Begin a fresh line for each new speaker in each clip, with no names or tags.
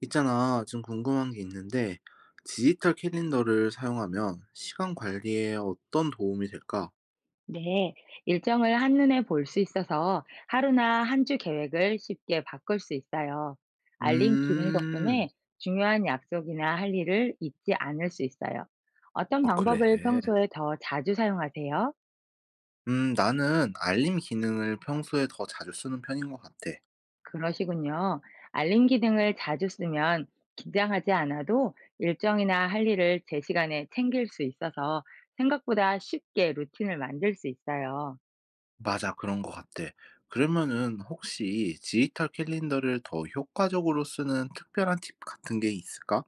있잖아, 좀 궁금한 게 있는데, 디지털 캘린더를 사용하면 시간 관리에 어떤 도움이 될까?
네, 일정을 한눈에 볼 수 있어서 하루나 한 주 계획을 쉽게 바꿀 수 있어요. 알림 기능
음,
덕분에 중요한 약속이나 할 일을 잊지 않을 수 있어요. 어떤
어, 그래.
방법을 평소에 더 자주 사용하세요?
나는 알림 기능을 평소에 더 자주 쓰는 편인 것 같아.
그러시군요. 알림 기능을 자주 쓰면 긴장하지 않아도 일정이나 할 일을 제 시간에 챙길 수 있어서 생각보다 쉽게 루틴을 만들 수 있어요.
맞아, 그런 것 같아. 그러면은 혹시 디지털 캘린더를 더 효과적으로 쓰는 특별한 팁 같은 게 있을까?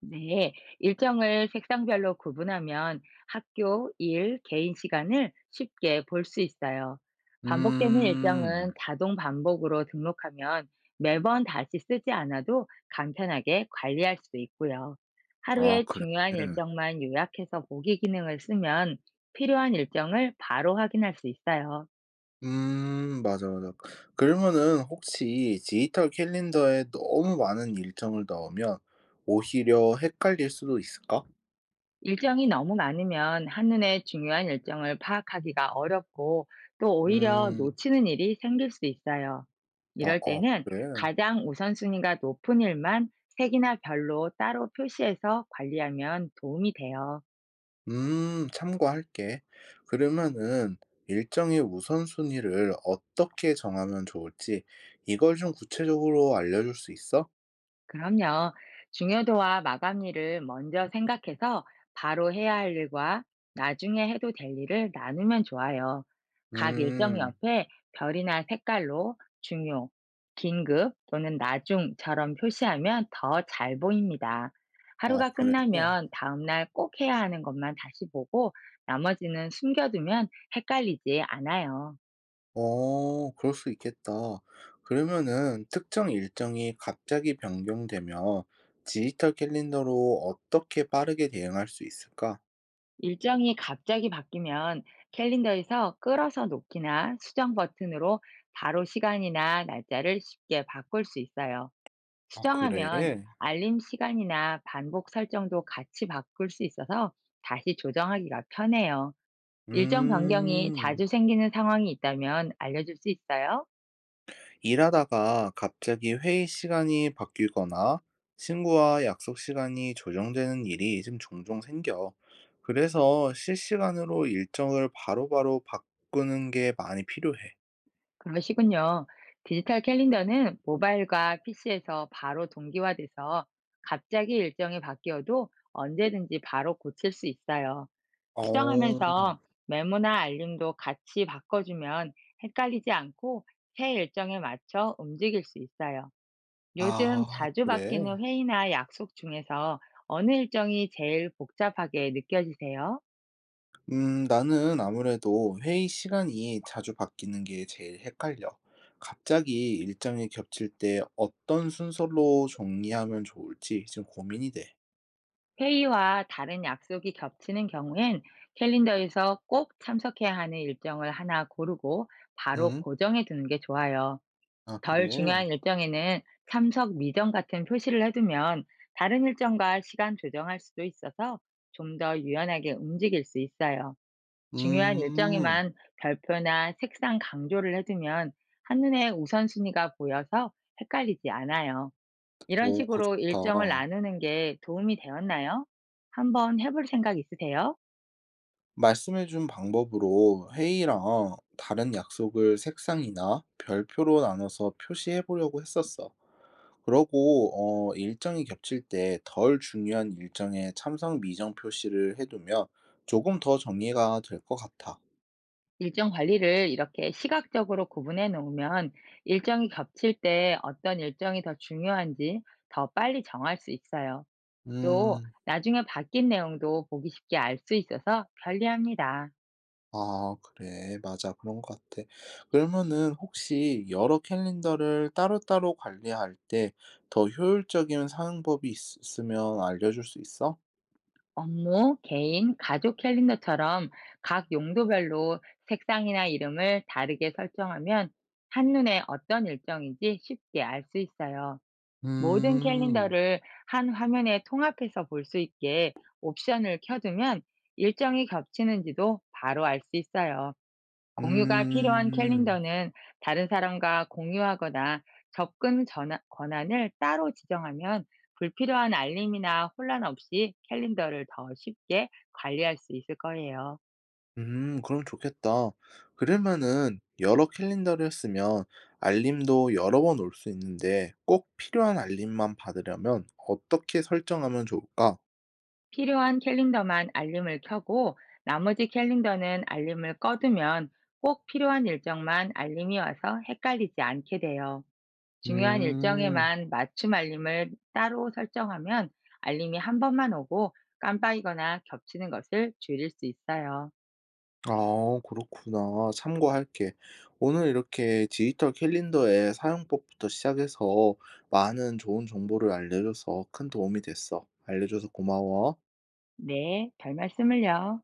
네, 일정을 색상별로 구분하면 학교, 일, 개인 시간을 쉽게 볼 수 있어요. 반복되는
음,
일정은 자동 반복으로 등록하면 매번 다시 쓰지 않아도 간편하게 관리할 수 있고요.
아,
하루에
그래.
중요한 일정만 요약해서 보기 기능을 쓰면 필요한 일정을 바로 확인할 수 있어요.
맞아, 맞아. 그러면은 혹시 디지털 캘린더에 너무 많은 일정을 넣으면 오히려 헷갈릴 수도 있을까?
일정이 너무 많으면 한눈에 중요한 일정을 파악하기가 어렵고, 또 오히려
음.
놓치는 일이 생길 수 있어요.
아
이럴
어,
때는
그래?
가장 우선순위가 높은 일만 색이나 별로 따로 표시해서 관리하면 도움이 돼요.
참고할게. 그러면은 일정의 우선순위를 어떻게 정하면 좋을지 이걸 좀 구체적으로 알려줄 수 있어?
그럼요. 중요도와 마감일을 먼저 생각해서 바로 해야 할 일과 나중에 해도 될 일을 나누면 좋아요. 각 일정
음.
옆에 별이나 색깔로 중요, 긴급 또는 나중처럼 표시하면 더 잘 보입니다.
아
하루가
그래?
끝나면 다음날 꼭 해야 하는 것만 다시 보고, 나머지는 숨겨두면 헷갈리지 않아요.
어, 그럴 수 있겠다. 그러면은 특정 일정이 갑자기 변경되면 디지털 캘린더로 어떻게 빠르게 대응할 수 있을까?
일정이 갑자기 바뀌면 캘린더에서 끌어서 놓기나 수정 버튼으로 바로 시간이나 날짜를 쉽게 바꿀 수 있어요.
아, 그래?
수정하면 알림 시간이나 반복 설정도 같이 바꿀 수 있어서 다시 조정하기가 편해요. 일정 변경이
음,
자주 생기는 상황이 있다면 알려줄 수 있어요?
일하다가 갑자기 회의 시간이 바뀌거나 친구와 약속 시간이 조정되는 일이 좀 종종 생겨. 그래서 실시간으로 일정을 바로바로 바꾸는 게 많이 필요해.
그러시군요. 디지털 캘린더는 모바일과 PC에서 바로 동기화돼서 갑자기 일정이 바뀌어도 언제든지 바로 고칠 수 있어요.
어,
수정하면서 메모나 알림도 같이 바꿔주면 헷갈리지 않고 새 일정에 맞춰 움직일 수 있어요. 요즘
아,
자주
그래?
바뀌는 회의나 약속 중에서 어느 일정이 제일 복잡하게 느껴지세요?
나는 아무래도 회의 시간이 자주 바뀌는 게 제일 헷갈려. 갑자기 일정이 겹칠 때 어떤 순서로 정리하면 좋을지 지금 고민이 돼.
회의와 다른 약속이 겹치는 경우엔 캘린더에서 꼭 참석해야 하는 일정을 하나 고르고 바로
응?
고정해 두는 게 좋아요.
아,
덜
그래?
중요한 일정에는 참석 미정 같은 표시를 해두면 다른 일정과 시간 조정할 수도 있어서 좀 더 유연하게 움직일 수 있어요. 중요한
음,
일정에만 별표나 색상 강조를 해두면 한눈에 우선순위가 보여서 헷갈리지 않아요. 이런
오, 그거
식으로 일정을
좋다.
나누는 게 도움이 되었나요? 한번 해볼 생각 있으세요?
말씀해준 방법으로 회의랑 다른 약속을 색상이나 별표로 나눠서 표시해 보려고 했었어. 그러고 일정이 겹칠 때 덜 중요한 일정에 참석 미정 표시를 해두면 조금 더 정리가 될 것 같아.
일정 관리를 이렇게 시각적으로 구분해 놓으면 일정이 겹칠 때 어떤 일정이 더 중요한지 더 빨리 정할 수 있어요. 또
음,
나중에 바뀐 내용도 보기 쉽게 알 수 있어서 편리합니다.
아, 그래. 맞아. 그런 것 같아. 그러면은 혹시 여러 캘린더를 따로따로 관리할 때 더 효율적인 사용법이 있으면 알려줄 수 있어?
업무, 개인, 가족 캘린더처럼 각 용도별로 색상이나 이름을 다르게 설정하면 한눈에 어떤 일정인지 쉽게 알 수 있어요. 모든
음.
캘린더를 한 화면에 통합해서 볼 수 있게 옵션을 켜두면 일정이 겹치는지도 바로 알 수 있어요. 공유가 필요한
음.
캘린더는 다른 사람과 공유하거나 권한을 따로 지정하면 불필요한 알림이나 혼란 없이 캘린더를 더 쉽게 관리할 수 있을 거예요.
그럼 좋겠다. 그러면은 여러 캘린더를 쓰면 알림도 여러 번 올 수 있는데 꼭 필요한 알림만 받으려면 어떻게 설정하면 좋을까?
필요한 캘린더만 알림을 켜고 나머지 캘린더는 알림을 꺼두면 꼭 필요한 일정만 알림이 와서 헷갈리지 않게 돼요. 중요한
음,
일정에만 맞춤 알림을 따로 설정하면 알림이 한 번만 오고 깜빡이거나 겹치는 것을 줄일 수 있어요.
아, 그렇구나. 참고할게. 오늘 이렇게 디지털 캘린더의 사용법부터 시작해서 많은 좋은 정보를 알려줘서 큰 도움이 됐어. 알려줘서 고마워.
네, 별 말씀을요.